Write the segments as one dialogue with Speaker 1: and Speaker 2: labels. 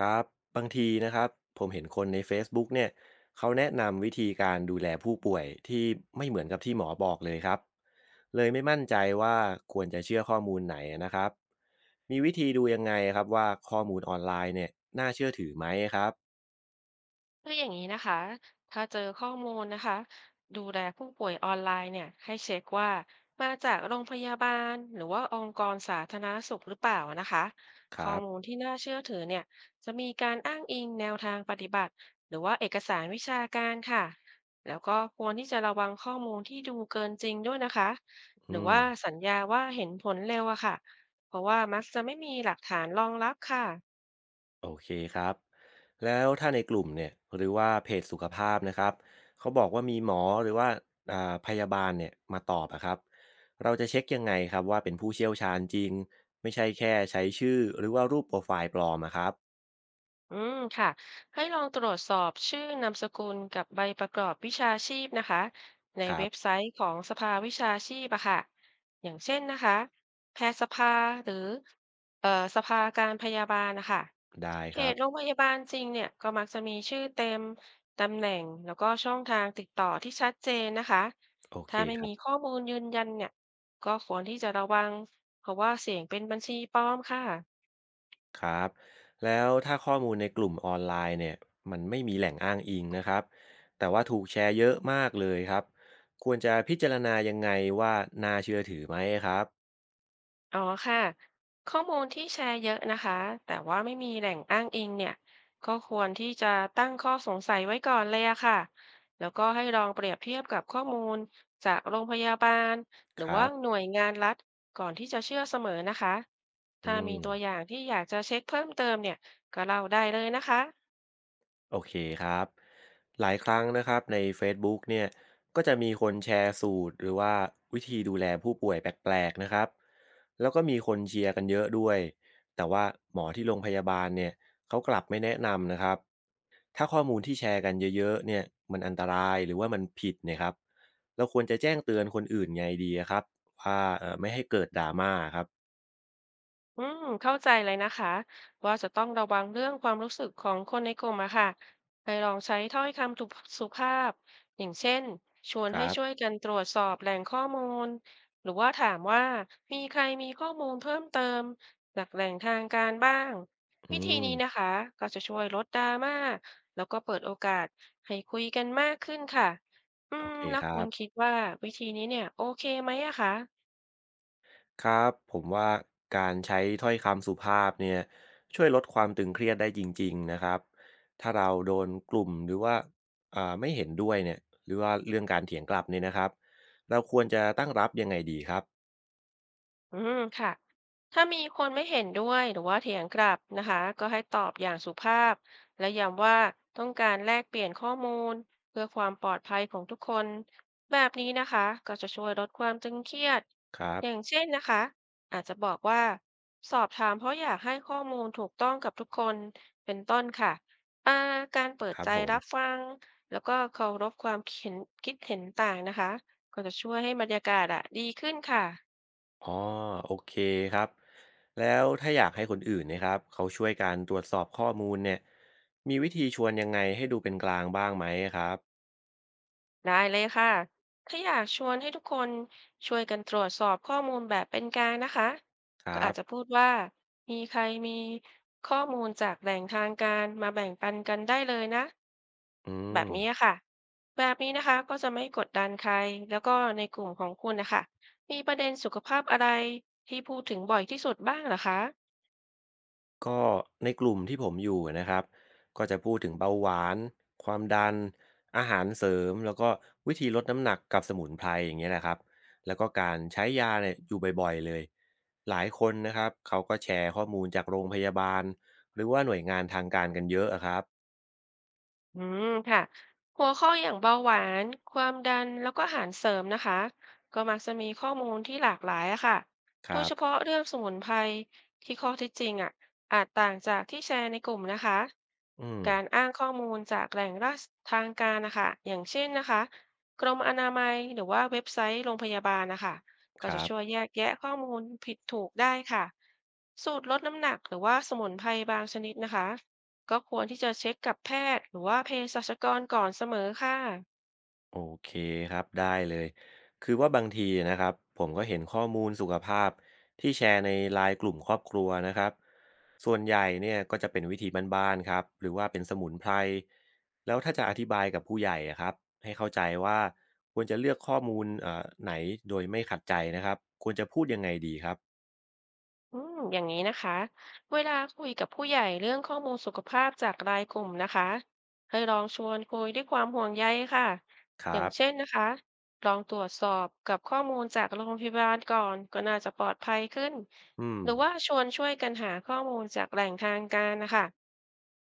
Speaker 1: ครับบางทีนะครับผมเห็นคนใน Facebook เนี่ยเขาแนะนำวิธีการดูแลผู้ป่วยที่ไม่เหมือนกับที่หมอบอกเลยครับเลยไม่มั่นใจว่าควรจะเชื่อข้อมูลไหนนะครับมีวิธีดูยังไงครับว่าข้อมูลออนไลน์เนี่ยน่าเชื่อถือไหมครับ
Speaker 2: คืออย่างนี้นะคะถ้าเจอข้อมูลนะคะดูแลผู้ป่วยออนไลน์เนี่ยให้เช็คว่ามาจากโรงพยาบาลหรือว่าองค์กรสาธารณสุขหรือเปล่านะคะ
Speaker 1: ค
Speaker 2: ข้
Speaker 1: รั
Speaker 2: อ
Speaker 1: บ
Speaker 2: มูลที่น่าเชื่อถือเนี่ยจะมีการอ้างอิงแนวทางปฏิบัติหรือว่าเอกสารวิชาการค่ะแล้วก็ควรที่จะระวังข้อมูลที่ดูเกินจริงด้วยนะคะ
Speaker 1: อื
Speaker 2: หรือ
Speaker 1: ม
Speaker 2: ว่าสัญญาว่าเห็นผลเร็วอะค่ะเพราะว่ามักจะไม่มีหลักฐานรองรับค่ะ
Speaker 1: โอเคครับแล้วถ้าในกลุ่มเนี่ยหรือว่าเพจสุขภาพนะครับเขาบอกว่ามีหมอหรือว่าพยาบาลเนี่ยมาตอบอะครับเราจะเช็คยังไงครับว่าเป็นผู้เชี่ยวชาญจริงไม่ใช่แค่ใช้ชื่อหรือว่ารูปโปรไฟล์ปลอมอะครับ
Speaker 2: อืมค่ะให้ลองตรวจสอบชื่อนามสกุลกับใบประกอบวิชาชีพนะคะใน
Speaker 1: ครั
Speaker 2: เว็บไซ
Speaker 1: บ
Speaker 2: ต์ของสภาวิชาชีพอะค่ะอย่างเช่นนะคะแพทยสภาหรือเอ่อสภาการพยาบาลนะคะ
Speaker 1: ได้
Speaker 2: เข
Speaker 1: ครั
Speaker 2: ต
Speaker 1: บ
Speaker 2: โรงพยาบาลจริงเนี่ยก็มักจะมีชื่อเต็มตำแหน่งแล้วก็ช่องทางติดต่อที่ชัดเจนนะคะ
Speaker 1: โอเค
Speaker 2: ถ้าไม่
Speaker 1: ครับ
Speaker 2: มีข้อมูลยืนยันเนี่ยก็ควรที่จะระวังเพราะว่าเสี่ยงเป็นบัญชีปลอมค่ะ
Speaker 1: ครับแล้วถ้าข้อมูลในกลุ่มออนไลน์เนี่ยมันไม่มีแหล่งอ้างอิงนะครับแต่ว่าถูกแชร์เยอะมากเลยครับควรจะพิจารณายังไงว่าน่าเชื่อถือไหมครับ
Speaker 2: อ๋อค่ะข้อมูลที่แชร์เยอะนะคะแต่ว่าไม่มีแหล่งอ้างอิงเนี่ยก็ควรที่จะตั้งข้อสงสัยไว้ก่อนเลยอะค่ะแล้วก็ให้ลองเปรียบเทียบกับข้อมูลจากโรงพยาบาลหรื
Speaker 1: ค
Speaker 2: อ
Speaker 1: รั
Speaker 2: ว่า
Speaker 1: บ
Speaker 2: หน่วยงานรัฐก่อนที่จะเชื่อเสมอนะคะ
Speaker 1: อื
Speaker 2: ถ้ามี
Speaker 1: ม
Speaker 2: ตัวอย่างที่อยากจะเช็คเพิ่มเติมเนี่ยก็เล่าได้เลยนะคะ
Speaker 1: โอเคครับหลายครั้งนะครับใน Facebook เนี่ยก็จะมีคนแชร์สูตรหรือว่าวิธีดูแลผู้ป่วยแปลกๆนะครับแล้วก็มีคนเชียร์กันเยอะด้วยแต่ว่าหมอที่โรงพยาบาลเนี่ยเขากลับไม่แนะนำนะครับถ้าข้อมูลที่แชร์กันเยอะๆเนี่ยมันอันตรายหรือว่ามันผิดเนะครับเราควรจะแจ้งเตือนคนอื่นไงดีอะครับว่าไม่ให้เกิดดราม่าครับ
Speaker 2: อืมเข้าใจเลยนะคะว่าจะต้องระวังเรื่องความรู้สึกของคนในกลุ่มอะค่ะให้ลองใช้ถ้อยคำสุภาพอย่างเช่นชวน
Speaker 1: ค
Speaker 2: ให้
Speaker 1: รับ
Speaker 2: ช่วยกันตรวจสอบแหล่งข้อมูลหรือว่าถามว่ามีใครมีข้อมูลเพิ่มเติมจากแหล่งทางการบ้าง
Speaker 1: อื
Speaker 2: วิธี
Speaker 1: ม
Speaker 2: นี้นะคะก็จะช่วยลดดราม่าแล้วก็เปิดโอกาสให้คุยกันมากขึ้นค่ะอื
Speaker 1: โอ
Speaker 2: ม
Speaker 1: เค
Speaker 2: แล้
Speaker 1: ค
Speaker 2: ว
Speaker 1: รั
Speaker 2: คุ
Speaker 1: บ
Speaker 2: ณคิดว่าวิธีนี้เนี่ยโอเคไหมอะคะ
Speaker 1: ครับผมว่าการใช้ถ้อยคำสุภาพเนี่ยช่วยลดความตึงเครียดได้จริงๆนะครับถ้าเราโดนกลุ่มหรือว่าไม่เห็นด้วยเนี่ยหรือว่าเรื่องการเถียงกลับเนี่ยนะครับเราควรจะตั้งรับยังไงดีครับ
Speaker 2: อืมค่ะถ้ามีคนไม่เห็นด้วยหรือว่าเถียงกลับนะคะก็ให้ตอบอย่างสุภาพและย้ำว่าต้องการแลกเปลี่ยนข้อมูลเพื่อความปลอดภัยของทุกคนแบบนี้นะคะก็จะช่วยลดความตึงเครียด
Speaker 1: ครั
Speaker 2: อย่าง
Speaker 1: บ
Speaker 2: เช่นนะคะอาจจะบอกว่าสอบถามเพราะอยากให้ข้อมูลถูกต้องกับทุกคนเป็นต้นค่ะอ่าการเปิ
Speaker 1: ค
Speaker 2: ด
Speaker 1: รับ
Speaker 2: ใจ
Speaker 1: ผม
Speaker 2: รับฟังแล้วก็เคารพความเห็นคิดเห็นต่างนะคะก็จะช่วยให้บรรยากาศอะดีขึ้นค่ะ
Speaker 1: อ๋อโอเคครับแล้วถ้าอยากให้คนอื่นเนะครับเขาช่วยการตรวจสอบข้อมูลเนี่ยมีวิธีชวนยังไงให้ดูเป็นกลางบ้างไหมครับ
Speaker 2: ได้เลยค่ะถ้าอยากชวนให้ทุกคนช่วยกันตรวจสอบข้อมูลแบบเป็นกลางนะคะ
Speaker 1: ค
Speaker 2: ก็
Speaker 1: รั
Speaker 2: อา
Speaker 1: บ
Speaker 2: จจะพูดว่ามีใครมีข้อมูลจากแหล่งทางการมาแบ่งปันกันได้เลยนะ
Speaker 1: อื
Speaker 2: แบ
Speaker 1: ม
Speaker 2: บนี้ค่ะแบบนี้นะคะก็จะไม่กดดันใครแล้วก็ในกลุ่มของคุณนะคะ มีประเด็นสุขภาพอะไรที่พูดถึงบ่อยที่สุดบ้างเหรอคะ
Speaker 1: ก็ในกลุ่มที่ผมอยู่นะครับก็จะพูดถึงเบาหวานความดันอาหารเสริมแล้วก็วิธีลดน้ำหนักกับสมุนไพรอย่างเงี้ยนะครับแล้วก็การใช้ยาเนี่ยอยู่บ่อยๆเลยหลายคนนะครับเขาก็แชร์ข้อมูลจากโรงพยาบาลหรือว่าหน่วยงานทางการกันเยอะอะครับ
Speaker 2: อืมค่ะหัวข้ออย่างเบาหวานความดันแล้วก็อาหารเสริมนะคะก็มักจะมีข้อมูลที่หลากหลายอะค่ะ
Speaker 1: ค
Speaker 2: โด
Speaker 1: รั
Speaker 2: ยเฉ
Speaker 1: บ
Speaker 2: พาะเรื่องสมุนไพรที่ข้อเท็จจริงอะอาจต่างจากที่แชร์ในกลุ่มนะคะ
Speaker 1: อืม
Speaker 2: การอ้างข้อมูลจากแหล่งราชทางการนะคะอย่างเช่นนะคะกรมอนามัยหรือว่าเว็บไซต์โรงพยาบาลนะคะก็
Speaker 1: ค
Speaker 2: จะ
Speaker 1: รับ
Speaker 2: ช่วยแยกแยะข้อมูลผิดถูกได้ค่ะสูตรลดน้ำหนักหรือว่าสมุนไพรบางชนิดนะคะ ก็ควรที่จะเช็คกับแพทย์หรือว่าเภสัชกรก่อนเสมอค่ะ
Speaker 1: โอเคครับได้เลยคือว่าบางทีนะครับผมก็เห็นข้อมูลสุขภาพที่แชร์ในไลน์กลุ่มครอบครัวนะครับส่วนใหญ่เนี่ยก็จะเป็นวิธีบ้านๆครับหรือว่าเป็นสมุนไพรแล้วถ้าจะอธิบายกับผู้ใหญ่อะครับให้เข้าใจว่าควรจะเลือกข้อมูลไหนโดยไม่ขัดใจนะครับควรจะพูดยังไงดีครับ
Speaker 2: อืมอย่างนี้นะคะ เวลาคุยกับผู้ใหญ่เรื่องข้อมูลสุขภาพจากรายกลุ่มนะคะ ให้ลองชวนคุยด้วยความห่วงใยค่ะ
Speaker 1: ค
Speaker 2: อ
Speaker 1: รั
Speaker 2: ย่าง
Speaker 1: บ
Speaker 2: เช่นนะคะลองตรวจสอบกับข้อมูลจากโรงพยาบาลก่อนก็น่าจะปลอดภัยขึ้น
Speaker 1: อืม
Speaker 2: หรือว่าชวนช่วยกันหาข้อมูลจากแหล่งทางการนะคะ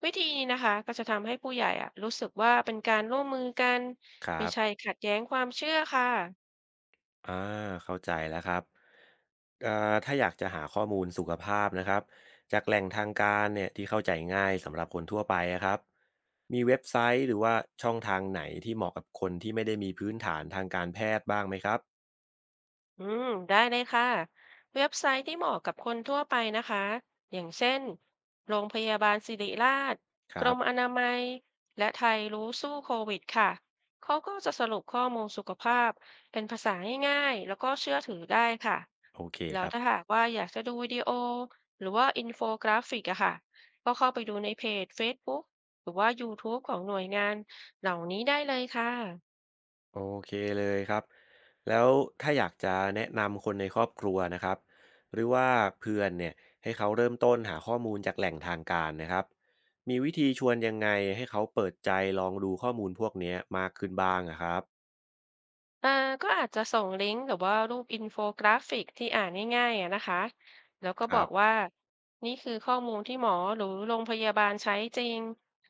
Speaker 2: วิธีนี้นะคะก็จะทำให้ผู้ใหญ่อะรู้สึกว่าเป็นการร่วมมือกัน
Speaker 1: ครั
Speaker 2: ไม่ใช่
Speaker 1: บ
Speaker 2: ขัดแย้งความเชื่อค่ะ
Speaker 1: อาเข้าใจแล้วครับถ้าอยากจะหาข้อมูลสุขภาพนะครับจากแหล่งทางการเนี่ยที่เข้าใจง่ายสำหรับคนทั่วไปอะครับมีเว็บไซต์หรือว่าช่องทางไหนที่เหมาะกับคนที่ไม่ได้มีพื้นฐานทางการแพทย์บ้างไหมครับ
Speaker 2: อืมได้เลยค่ะเว็บไซต์ที่เหมาะกับคนทั่วไปนะคะอย่างเช่นโรงพยาบาลศิริราช
Speaker 1: ค
Speaker 2: กร
Speaker 1: รับ
Speaker 2: มอนามัยและไทยรู้สู้โควิดค่ะเขาก็จะสรุปข้อมูลสุขภาพเป็นภาษาง่ายๆแล้วก็เชื่อถือได้ค่ะ
Speaker 1: โอเค
Speaker 2: แล้
Speaker 1: ค
Speaker 2: ว
Speaker 1: รับ
Speaker 2: ถ้าหากว่าอยากจะดูวิดีโอหรือว่าอินโฟกราฟิกอะค่ะก็เข้าไปดูในเพจเฟซบุ๊กหรือว่ายูทูบของหน่วยงานเหล่านี้ได้เลยค่ะ
Speaker 1: โอเคเลยครับแล้วถ้าอยากจะแนะนำคนในครอบครัวนะครับหรือว่าเพื่อนเนี่ยให้เขาเริ่มต้นหาข้อมูลจากแหล่งทางการนะครับมีวิธีชวนยังไงให้เขาเปิดใจลองดูข้อมูลพวกเนี้ยมากขึ้นบ้างอะครับ
Speaker 2: อ่าก็อาจจะส่งลิงก์หรือว่ารูปอินโฟกราฟิกที่อ่านง่ายๆอะนะคะแล้วก็
Speaker 1: ค
Speaker 2: บ
Speaker 1: รั
Speaker 2: อก
Speaker 1: บ
Speaker 2: ว่านี่คือข้อมูลที่หมอหรือโรงพยาบาลใช้จริง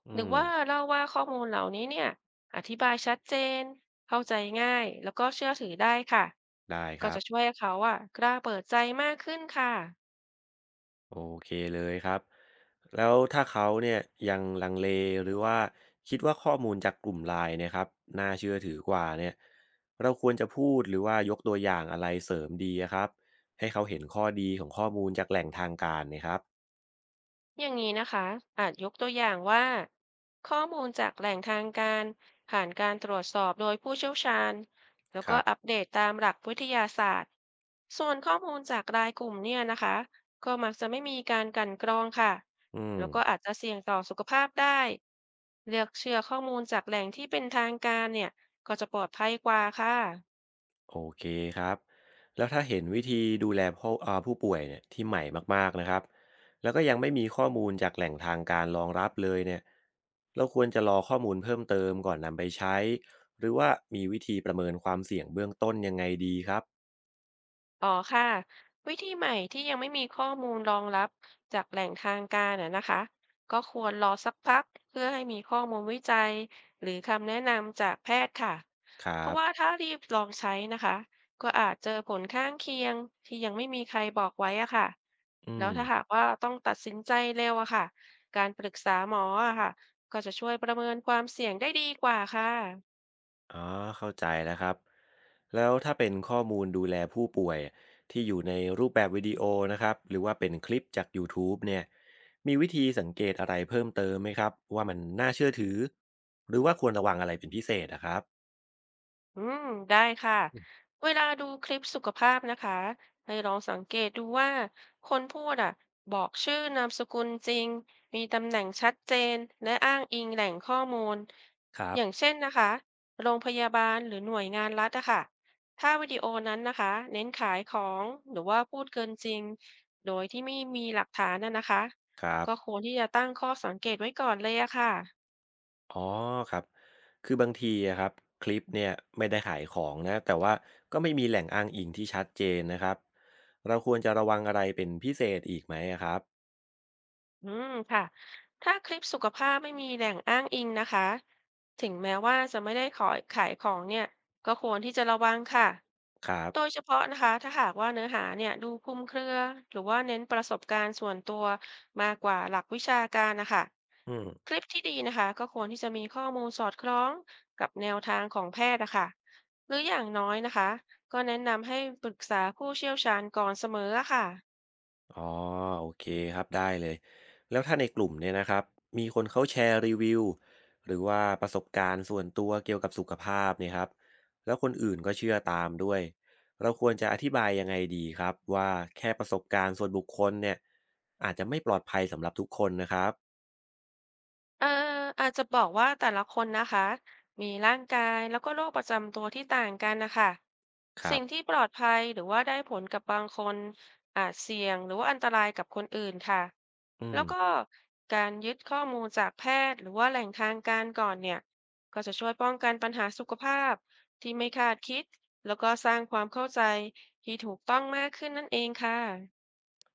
Speaker 1: อื
Speaker 2: หรือ
Speaker 1: ม
Speaker 2: ว่าเล่าว่าข้อมูลเหล่านี้เนี่ยอธิบายชัดเจนเข้าใจง่ายแล้วก็เชื่อถือได้ค่ะ
Speaker 1: ได้ค
Speaker 2: ก็
Speaker 1: รับ
Speaker 2: จะช่วยให้เขาอ่ะกล้าเปิดใจมากขึ้นค่ะ
Speaker 1: โอเคเลยครับแล้วถ้าเขาเนี่ยยังลังเลหรือว่าคิดว่าข้อมูลจากกลุ่มไลน์เนะครับน่าเชื่อถือกว่าเนี่ยเราควรจะพูดหรือว่ายกตัวอย่างอะไรเสริมดีอะครับให้เขาเห็นข้อดีของข้อมูลจากแหล่งทางการเนะครับ
Speaker 2: อย่างนี้นะคะอาจยกตัวอย่างว่าข้อมูลจากแหล่งทางการผ่านการตรวจสอบโดยผู้เชี่ยวชาญแล้ว
Speaker 1: ค
Speaker 2: ก็
Speaker 1: รับ
Speaker 2: อัปเดตตามหลักวิทยาศาสตร์ส่วนข้อมูลจากรายกลุ่มเนี่ยนะคะก็มักจะไม่มีการกลั่นกรองค่ะ
Speaker 1: อื
Speaker 2: แล้วก็
Speaker 1: ม
Speaker 2: อาจจะเสี่ยงต่อสุขภาพได้เลือกเชื่อข้อมูลจากแหล่งที่เป็นทางการเนี่ยก็จะปลอดภัยกว่าค่ะ
Speaker 1: โอเคครับ แล้วถ้าเห็นวิธีดูแลผู้ผู้ป่วยเนี่ยที่ใหม่มากๆนะครับแล้วก็ยังไม่มีข้อมูลจากแหล่งทางการรองรับเลยเนี่ยเราควรจะรอข้อมูลเพิ่มเติมก่อนนำไปใช้ หรือว่ามีวิธีประเมินความเสี่ยงเบื้องต้นยังไงดีครับ
Speaker 2: อ๋อค่ะวิธีใหม่ที่ยังไม่มีข้อมูลรองรับจากแหล่งทางการน่ะนะคะก็ควรรอสักพักเพื่อให้มีข้อมูลวิจัยหรือคำแนะนำจากแพทย์ค่ะ
Speaker 1: ค
Speaker 2: เพ
Speaker 1: รั
Speaker 2: ราะ
Speaker 1: บ
Speaker 2: ว่าถ้ารีบลองใช้นะคะก็อาจเจอผลข้างเคียงที่ยังไม่มีใครบอกไว้อะค่ะ
Speaker 1: อื
Speaker 2: แล้
Speaker 1: ม
Speaker 2: วถ้าหากว่าต้องตัดสินใจเร็วอะค่ะการปรึกษาหมออะค่ะก็จะช่วยประเมินความเสี่ยงได้ดีกว่าค่ะ
Speaker 1: อ๋อเข้าใจแล้วครับแล้วถ้าเป็นข้อมูลดูแลผู้ป่วยที่อยู่ในรูปแบบวิดีโอนะครับหรือว่าเป็นคลิปจากยูทูบเนี่ยมีวิธีสังเกตอะไรเพิ่มเติมไหมครับว่ามันน่าเชื่อถือหรือว่าควรระวังอะไรเป็นพิเศษนะครับ
Speaker 2: อืมได้ค่ะเวลาดูคลิปสุขภาพนะคะให้ลองสังเกตดูว่าคนพูดอ่ะบอกชื่อนามสกุลจริงมีตำแหน่งชัดเจนและอ้างอิงแหล่งข้อมูล
Speaker 1: ครั
Speaker 2: อ
Speaker 1: บ
Speaker 2: ย่างเช่นนะคะโรงพยาบาลหรือหน่วยงานรัฐอะค่ะถ้าวิดีโอนั้นนะคะเน้นขายของหรือว่าพูดเกินจริงโดยที่ไม่มีหลักฐานน่ะนะคะ
Speaker 1: ครับ
Speaker 2: ก็ควรที่จะตั้งข้อสังเกตไว้ก่อนเลยอะค่ะ
Speaker 1: อ๋อครับคือบางทีอะครับคลิปเนี่ยไม่ได้ขายของนะแต่ว่าก็ไม่มีแหล่งอ้างอิงที่ชัดเจนนะครับเราควรจะระวังอะไรเป็นพิเศษอีกไหมอะครับ
Speaker 2: อืมค่ะถ้าคลิปสุขภาพไม่มีแหล่งอ้างอิงนะคะถึงแม้ว่าจะไม่ได้ขายของเนี่ยก็ควรที่จะระวังค่ะ
Speaker 1: ครั
Speaker 2: โดย
Speaker 1: บ
Speaker 2: เฉพาะนะคะถ้าหากว่าเนื้อหาเนี่ยดูคลุมเครือหรือว่าเน้นประสบการณ์ส่วนตัวมากกว่าหลักวิชาการนะคะ
Speaker 1: อืม
Speaker 2: คลิปที่ดีนะคะก็ควรที่จะมีข้อมูลสอดคล้องกับแนวทางของแพทย์นะคะหรืออย่างน้อยนะคะก็แนะนำให้ปรึกษาผู้เชี่ยวชาญก่อนเสมออะค่ะ
Speaker 1: อ๋อโอเคครับได้เลยแล้วถ้าในกลุ่มเนี่ยนะครับมีคนเขาแชร์รีวิวหรือว่าประสบการณ์ส่วนตัวเกี่ยวกับสุขภาพเนี่ยครับแล้วคนอื่นก็เชื่อตามด้วยเราควรจะอธิบายยังไงดีครับว่าแค่ประสบการณ์ส่วนบุคคลเนี่ยอาจจะไม่ปลอดภัยสำหรับทุกคนนะครับ
Speaker 2: เอออาจจะบอกว่าแต่ละคนนะคะมีร่างกายแล้วก็โรคประจำตัวที่ต่างกันนะคะ
Speaker 1: ครั
Speaker 2: สิ่งที่
Speaker 1: บ
Speaker 2: ปลอดภัยหรือว่าได้ผลกับบางคนอาจเสี่ยงหรือว่าอันตรายกับคนอื่นค่ะ
Speaker 1: อื
Speaker 2: แล้วก็
Speaker 1: ม
Speaker 2: การยึดข้อมูลจากแพทย์หรือว่าแหล่งทางการก่อนเนี่ยก็จะช่วยป้องกันปัญหาสุขภาพที่ไม่คาดคิดแล้วก็สร้างความเข้าใจที่ถูกต้องมากขึ้นนั่นเองค่ะ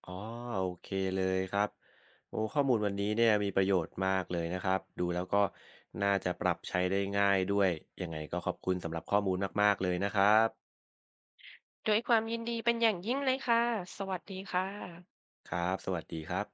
Speaker 1: อ๋อโอเคเลยครับโอ้ข้อมูลวันนี้เนี่ยมีประโยชน์มากเลยนะครับดูแล้วก็น่าจะปรับใช้ได้ง่ายด้วยยังไงก็ขอบคุณสำหรับข้อมูลมากๆเลยนะครับ
Speaker 2: ด้วยความยินดีเป็นอย่างยิ่งเลยค่ะสวัสดีค่ะ
Speaker 1: ครับสวัสดีครับ